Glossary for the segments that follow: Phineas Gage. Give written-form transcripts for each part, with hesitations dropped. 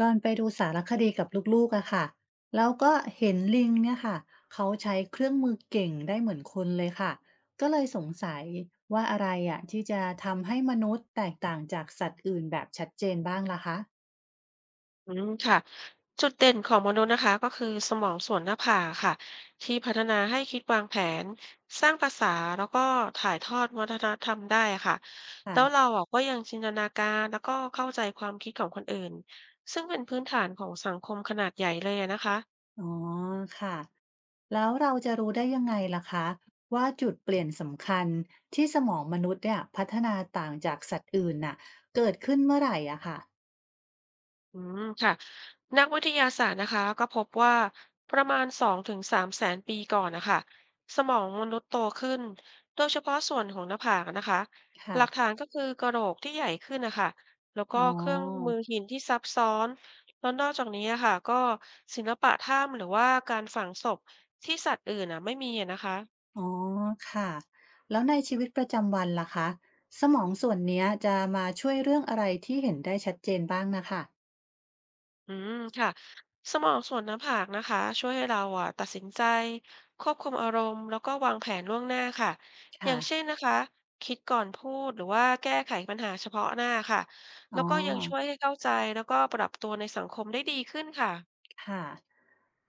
ตอนไปดูสารคดีกับลูกๆอะค่ะแล้วก็เห็นลิงเนี่ยค่ะเขาใช้เครื่องมือเก่งได้เหมือนคนเลยค่ะ ก็เลยสงสัยว่าอะไรอะที่จะทำให้มนุษย์แตกต่างจากสัตว์อื่นแบบชัดเจนบ้างล่ะคะอืมค่ะจุดเด่นของมนุษย์นะคะก็คือสมองส่วนหน้าผากค่ะที่พัฒนาให้คิดวางแผนสร้างภาษาแล้วก็ถ่ายทอดวัฒนธรรมได้ค่ะแล้ค่ะวเราอ่ะก็ยังจินตนาการแล้วก็เข้าใจความคิดของคนอื่นซึ่งเป็นพื้นฐานของสังคมขนาดใหญ่เลยอะนะคะ อ๋อค่ะแล้วเราจะรู้ได้ยังไงล่ะคะว่าจุดเปลี่ยนสำคัญที่สมองมนุษย์เนี่ยพัฒนาต่างจากสัตว์อื่นน่ะเกิดขึ้นเมื่อไหร่อะค่ะอืมค่ะนักวิทยาศาสตร์นะคะก็พบว่าประมาณ200,000 ถึง 300,000ปีก่อนนะคะสมองมนุษย์โตขึ้นโดยเฉพาะส่วนของหน้าผากนะคะหค่ะลักฐานก็คือกระโหลกที่ใหญ่ขึ้นนะคะแล้วก็อ๋อ เครื่องมือหินที่ซับซ้อนแล้วนอกจากนี้อะค่ะก็ศิลปะถ้ำหรือว่าการฝังศพที่สัตว์อื่นอ่ะไม่มีอะนะคะ อ๋อค่ะแล้วในชีวิตประจำวันล่ะคะสมองส่วนเนี้ยจะมาช่วยเรื่องอะไรที่เห็นได้ชัดเจนบ้างนะค่ะอืมค่ะสมองส่วนหน้าผากนะคะช่วยให้เราอ่ะตัดสินใจควบคุมอารมณ์แล้วก็วางแผนล่วงหน้าค่ะอย่างเช่ค่ะนนะคะคิดก่อนพูดหรือว่าแก้ไขปัญหาเฉพาะหน้าค่ะอ๋แล้อวก็ยังช่วยให้เข้าใจแล้วก็ปรับตัวในสังคมได้ดีขึ้นค่ะ ค่ะ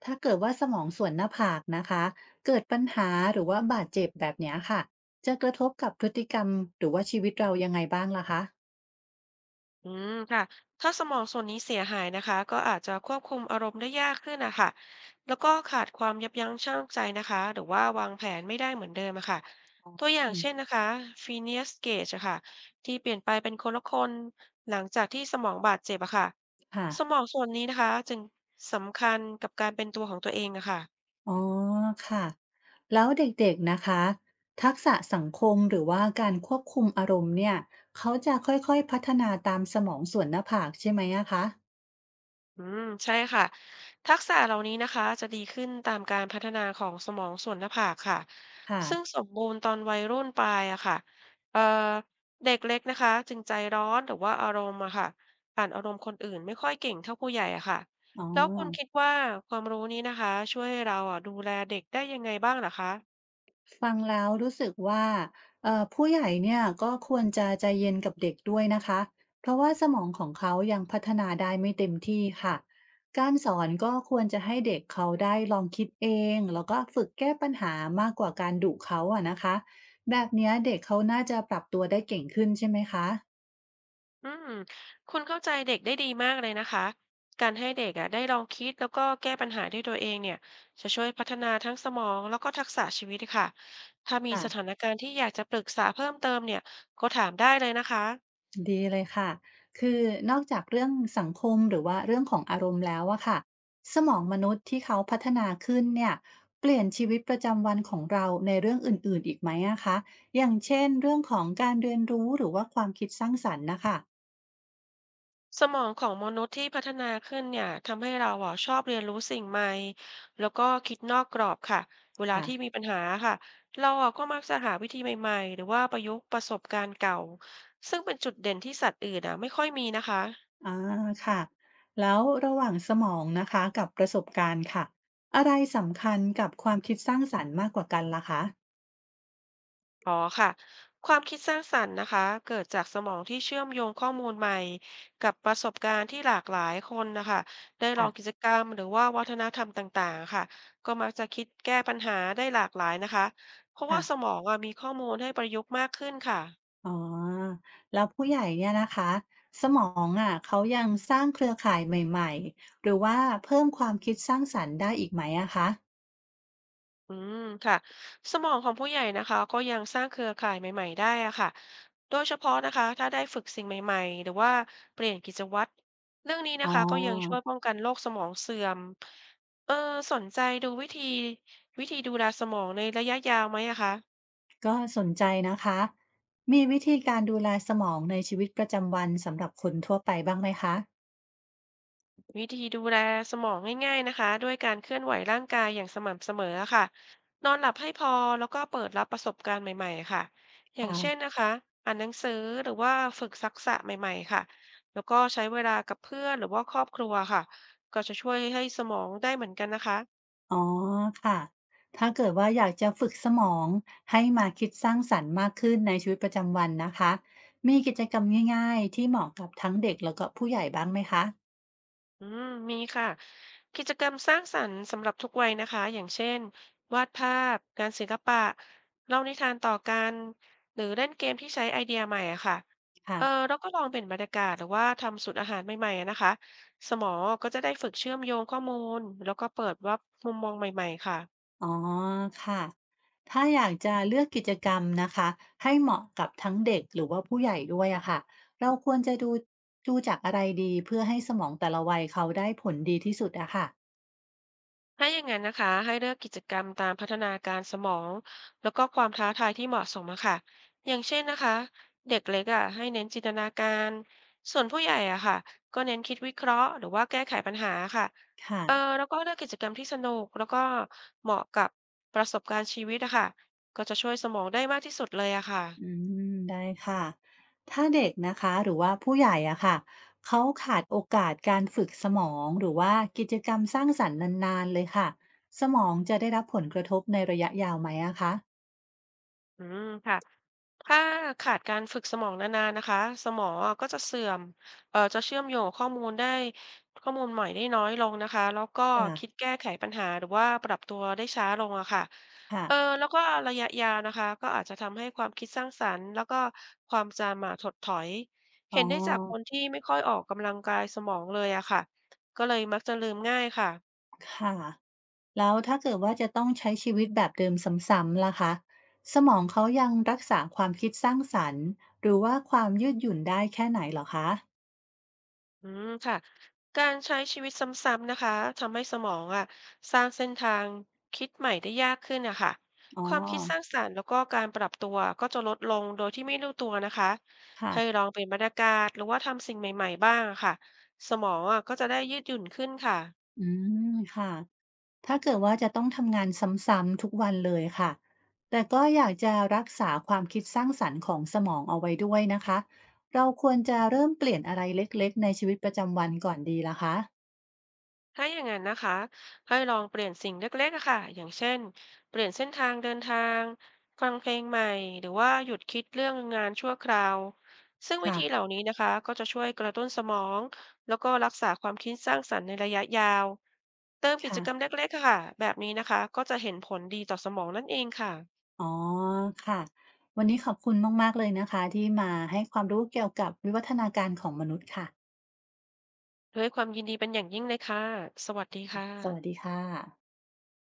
ถ้าเกิดว่าสมองส่วนหน้าผากนะคะเกิดปัญหาหรือว่าบาดเจ็บแบบเนี้ยค่ะจะกระทบกับพฤติกรรมหรือว่าชีวิตเรายังไงบ้างล่ะคะอืมค่ะถ้าสมองส่วนนี้เสียหายนะคะก็อาจจะควบคุมอารมณ์ได้ยากขึ้นนะคะแล้วก็ขาดความยับยั้งชั่งใจนะคะหรือว่าวางแผนไม่ได้เหมือนเดิมอะค่ะตัวอย่างอืมเช่นนะคะฟีเนียสเกจอะค่ะที่เปลี่ยนไปเป็นคนละคนหลังจากที่สมองบาดเจ็บอะค่ะค่ะ สมองส่วนนี้นะคะจึงสำคัญกับการเป็นตัวของตัวเองอะค่ะ อ๋อค่ะแล้วเด็กๆนะคะทักษะสังคมหรือว่าการควบคุมอารมณ์เนี่ยเขาจะค่อยๆพัฒนาตามสมองส่วนหน้าผากใช่ไหมอะคะอืมใช่ค่ะทักษะเหล่านี้นะคะจะดีขึ้นตามการพัฒนาของสมองส่วนหน้าผากค่ะซึ่งค่ะสมบูรณ์ตอนวัยรุ่นปลายอะค่ะเอ่อเด็กเล็กนะคะจึงใจร้อนหรือว่าอารมณ์อะค่ะอ่านอารมณ์คนอื่นไม่ค่อยเก่งเท่าผู้ใหญ่อะค่ะอ๋อ แล้วคุณคิดว่าความรู้นี้นะคะช่วยให้เราอะดูแลเด็กได้ยังไงบ้างเหรอคะ ฟังแล้วรู้สึกว่าผู้ใหญ่เนี่ยก็ควรจะใจเย็นกับเด็กด้วยนะคะเพราะว่าสมองของเขายังพัฒนาได้ไม่เต็มที่ค่ะการสอนก็ควรจะให้เด็กเขาได้ลองคิดเองแล้วก็ฝึกแก้ปัญหามากกว่าการดุเขาอะนะคะแบบเนี้ยเด็กเขาน่าจะปรับตัวได้เก่งขึ้นใช่ไหมคะอืมคุณเข้าใจเด็กได้ดีมากเลยนะคะ การให้เด็กอ่ะได้ลองคิดแล้วก็แก้ปัญหาด้วยตัวเองเนี่ยจะช่วยพัฒนาทั้งสมองแล้วก็ทักษะชีวิตค่ะถ้ามีสถาค่ะ นการณ์ที่อยากจะปรึกษาเพิ่มเติมเนี่ยก็ถามได้เลยนะคะ ดีเลยค่ะคือนอกจากเรื่องสังคมหรือว่าเรื่องของอารมณ์แล้วอะค่ะสมองมนุษย์ที่เขาพัฒนาขึ้นเนี่ยเปลี่ยนชีวิตประจำวันของเราในเรื่องอื่นๆอีกไหมอะคะ อย่างเช่นเรื่องของการเรียนรู้หรือว่าความคิดสร้างสรรค์นะคะสมองของมนุษย์ที่พัฒนาขึ้นเนี่ยทำให้เราอ่ะชอบเรียนรู้สิ่งใหม่แล้วก็คิดนอกกรอบค่ะเวลาค่ะที่มีปัญหาค่ะเราอ่ะก็มักจะหาวิธีใหม่ๆหรือว่าประยุกต์ประสบการณ์เก่าซึ่งเป็นจุดเด่นที่สัตว์อื่นอ่ะไม่ค่อยมีนะคะ อาค่ะแล้วระหว่างสมองนะคะกับประสบการณ์ค่ะอะไรสำคัญกับความคิดสร้างสรรค์มากกว่ากันล่ะคอ๋อค่ะความคิดสร้างสรรค์นะคะเกิดจากสมองที่เชื่อมโยงข้อมูลใหม่กับประสบการณ์ที่หลากหลายคนนะคะได้ละองกิจกรรมหรือว่าวัฒนธรรมต่างๆค่ะก็มักจะคิดแก้ปัญหาได้หลากหลายนะคะเพราะว่าค่ะ สมองอะมีข้อมูลให้ประยุกต์มากขึ้นค่ะอ๋อแล้วผู้ใหญ่เนี่ยนะคะสมองอะเขายังสร้างเครือข่ายใหม่ๆหรือว่าเพิ่มความคิดสร้างสรรค์ได้อีกไหมอะคะอืมค่ะสมองของผู้ใหญ่นะคะก็ยังสร้างเครือข่ายใหม่ๆได้อะค่ะ โดยเฉพาะนะคะถ้าได้ฝึกสิ่งใหม่ๆหรือว่าเปลี่ยนกิจวัตรเรื่องนี้อ๋นะคะก็ยังช่วยอป้องกันโรคสมองเสื่อมเออสนใจดูวิธีดูแลสมองในระยะยาวไหมอะคะ ก็สนใจนะคะมีวิธีการดูแลสมองในชีวิตประจำวันสำหรับคนทั่วไปบ้างไหมคะวิธีดูแลสมองง่ายๆนะคะด้วยการเคลื่อนไหวร่างกายอย่างสม่ำเสมอค่ะนอนหลับให้พอแล้วก็เปิดรับประสบการณ์ใหม่ๆค่ะอย่างค่ะเช่นนะคะอ่านหนังสือหรือว่าฝึกทักษะใหม่ๆค่ะแล้วก็ใช้เวลากับเพื่อนหรือว่าครอบครัวค่ะก็จะช่วยให้สมองได้เหมือนกันนะคะ อ๋อค่ะถ้าเกิดว่าอยากจะฝึกสมองให้มาคิดสร้างสรรค์มากขึ้นในชีวิตประจำวันนะคะมีกิจกรรมง่ายๆที่เหมาะกับทั้งเด็กแล้วก็ผู้ใหญ่บ้างไหมคะอืมมีค่ะกิจกรรมสร้างสรรค์สำหรับทุกวัยนะคะอย่างเช่นวาดภาพงานศิลปะเล่านิทานต่อกันหรือเล่นเกมที่ใช้ไอเดียใหม่อะค่ะเออค่ะ แล้วก็ลองเปลี่ยนบรรยากาศหรือว่าทำสูตรอาหารใหม่ๆอะนะคะสมองก็จะได้ฝึกเชื่อมโยงข้อมูลแล้วก็เปิดรับมุมมองใหม่ๆค่ะ อ๋อค่ะ ถ้าอยากจะเลือกกิจกรรมนะคะให้เหมาะกับทั้งเด็กหรือว่าผู้ใหญ่ด้วยอะค่ะเราควรจะดูจากอะไรดีเพื่อให้สมองแต่ละวัยเขาได้ผลดีที่สุดอะค่ะถ้าอย่างนั้นนะคะให้เลือกกิจกรรมตามพัฒนาการสมองแล้วก็ความท้าทายที่เหมาะสมอะค่ะอย่างเช่นนะคะเด็กเล็กอะให้เน้นจินตนาการส่วนผู้ใหญ่อะค่ะก็เน้นคิดวิเคราะห์หรือว่าแก้ไขปัญหาค่ะค่ะเออแล้วก็เลือกกิจกรรมที่สนุกแล้วก็เหมาะกับประสบการณ์ชีวิตอะค่ะก็จะช่วยสมองได้มากที่สุดเลยอะค่ะ อืมได้ค่ะ ถ้าเด็กนะคะหรือว่าผู้ใหญ่อะค่ะเขาขาดโอกาสการฝึกสมองหรือว่ากิจกรรมสร้างสรรค์นานๆเลยค่ะสมองจะได้รับผลกระทบในระยะยาวไหมอะคะอืมค่ะถ้าขาดการฝึกสมองนานๆนะคะสมองอะก็จะเสื่อมจะเชื่อมโยงข้อมูลได้ข้อมูลใหม่ได้น้อยลงนะคะแล้วก็ค่ะคิดแก้ไขปัญหาหรือว่าปรับตัวได้ช้าลงอะค่ะค่ะเออแล้วก็ระยะยาวนะคะก็อาจจะทำให้ความคิดสร้างสรรค์แล้วก็ความจำมาถดถอย อ๋อ เห็นได้จากคนที่ไม่ค่อยออกกำลังกายสมองเลยอะค่ะก็เลยมักจะลืมง่ายค่ะ ค่ะ แล้วถ้าเกิดว่าจะต้องใช้ชีวิตแบบเดิมซ้ำๆล่ะคะสมองเขายังรักษาความคิดสร้างสรรค์หรือว่าความยืดหยุ่นได้แค่ไหนเหรอคะอืมค่ะการใช้ชีวิตซ้ำๆนะคะทำให้สมองอ่ะสร้างเส้นทางคิดใหม่ได้ยากขึ้นนะคะอ๋อความคิดสร้างสรรค์แล้วก็การปรับตัวก็จะลดลงโดยที่ไม่รู้ตัวนะคะค่ะให้ลองเปลี่ยนบรรยากาศหรือว่าทำสิ่งใหม่ๆบ้างอะค่ะสมองอ่ะก็จะได้ยืดหยุ่นขึ้นค่ะ อืมค่ะถ้าเกิดว่าจะต้องทำงานซ้ำๆทุกวันเลยค่ะแต่ก็อยากจะรักษาความคิดสร้างสรรค์ของสมองเอาไว้ด้วยนะคะเราควรจะเริ่มเปลี่ยนอะไรเล็กๆในชีวิตประจำวันก่อนดีล่ะคะถ้าอย่างนั้นนะคะให้ลองเปลี่ยนสิ่งเล็กๆอะค่ะอย่างเช่นเปลี่ยนเส้นทางเดินทางฟังเพลงใหม่หรือว่าหยุดคิดเรื่องงานชั่วคราวซึ่งวิค่ะธีเหล่านี้นะคะก็จะช่วยกระตุ้นสมองแล้วก็รักษาความคิดสร้างสรรค์ในระยะยาวเติมกิจกรรมค่ะ เล็กๆอะค่ะแบบนี้นะคะก็จะเห็นผลดีต่อสมองนั่นเองค่ะอ๋อค่ะวันนี้ขอบคุณมากๆเลยนะคะที่มาให้ความรู้เกี่ยวกับวิวัฒนาการของมนุษย์ค่ะด้วยความยินดีเป็นอย่างยิ่งเลยค่ะสวัสดีค่ะสวัสดีค่ะ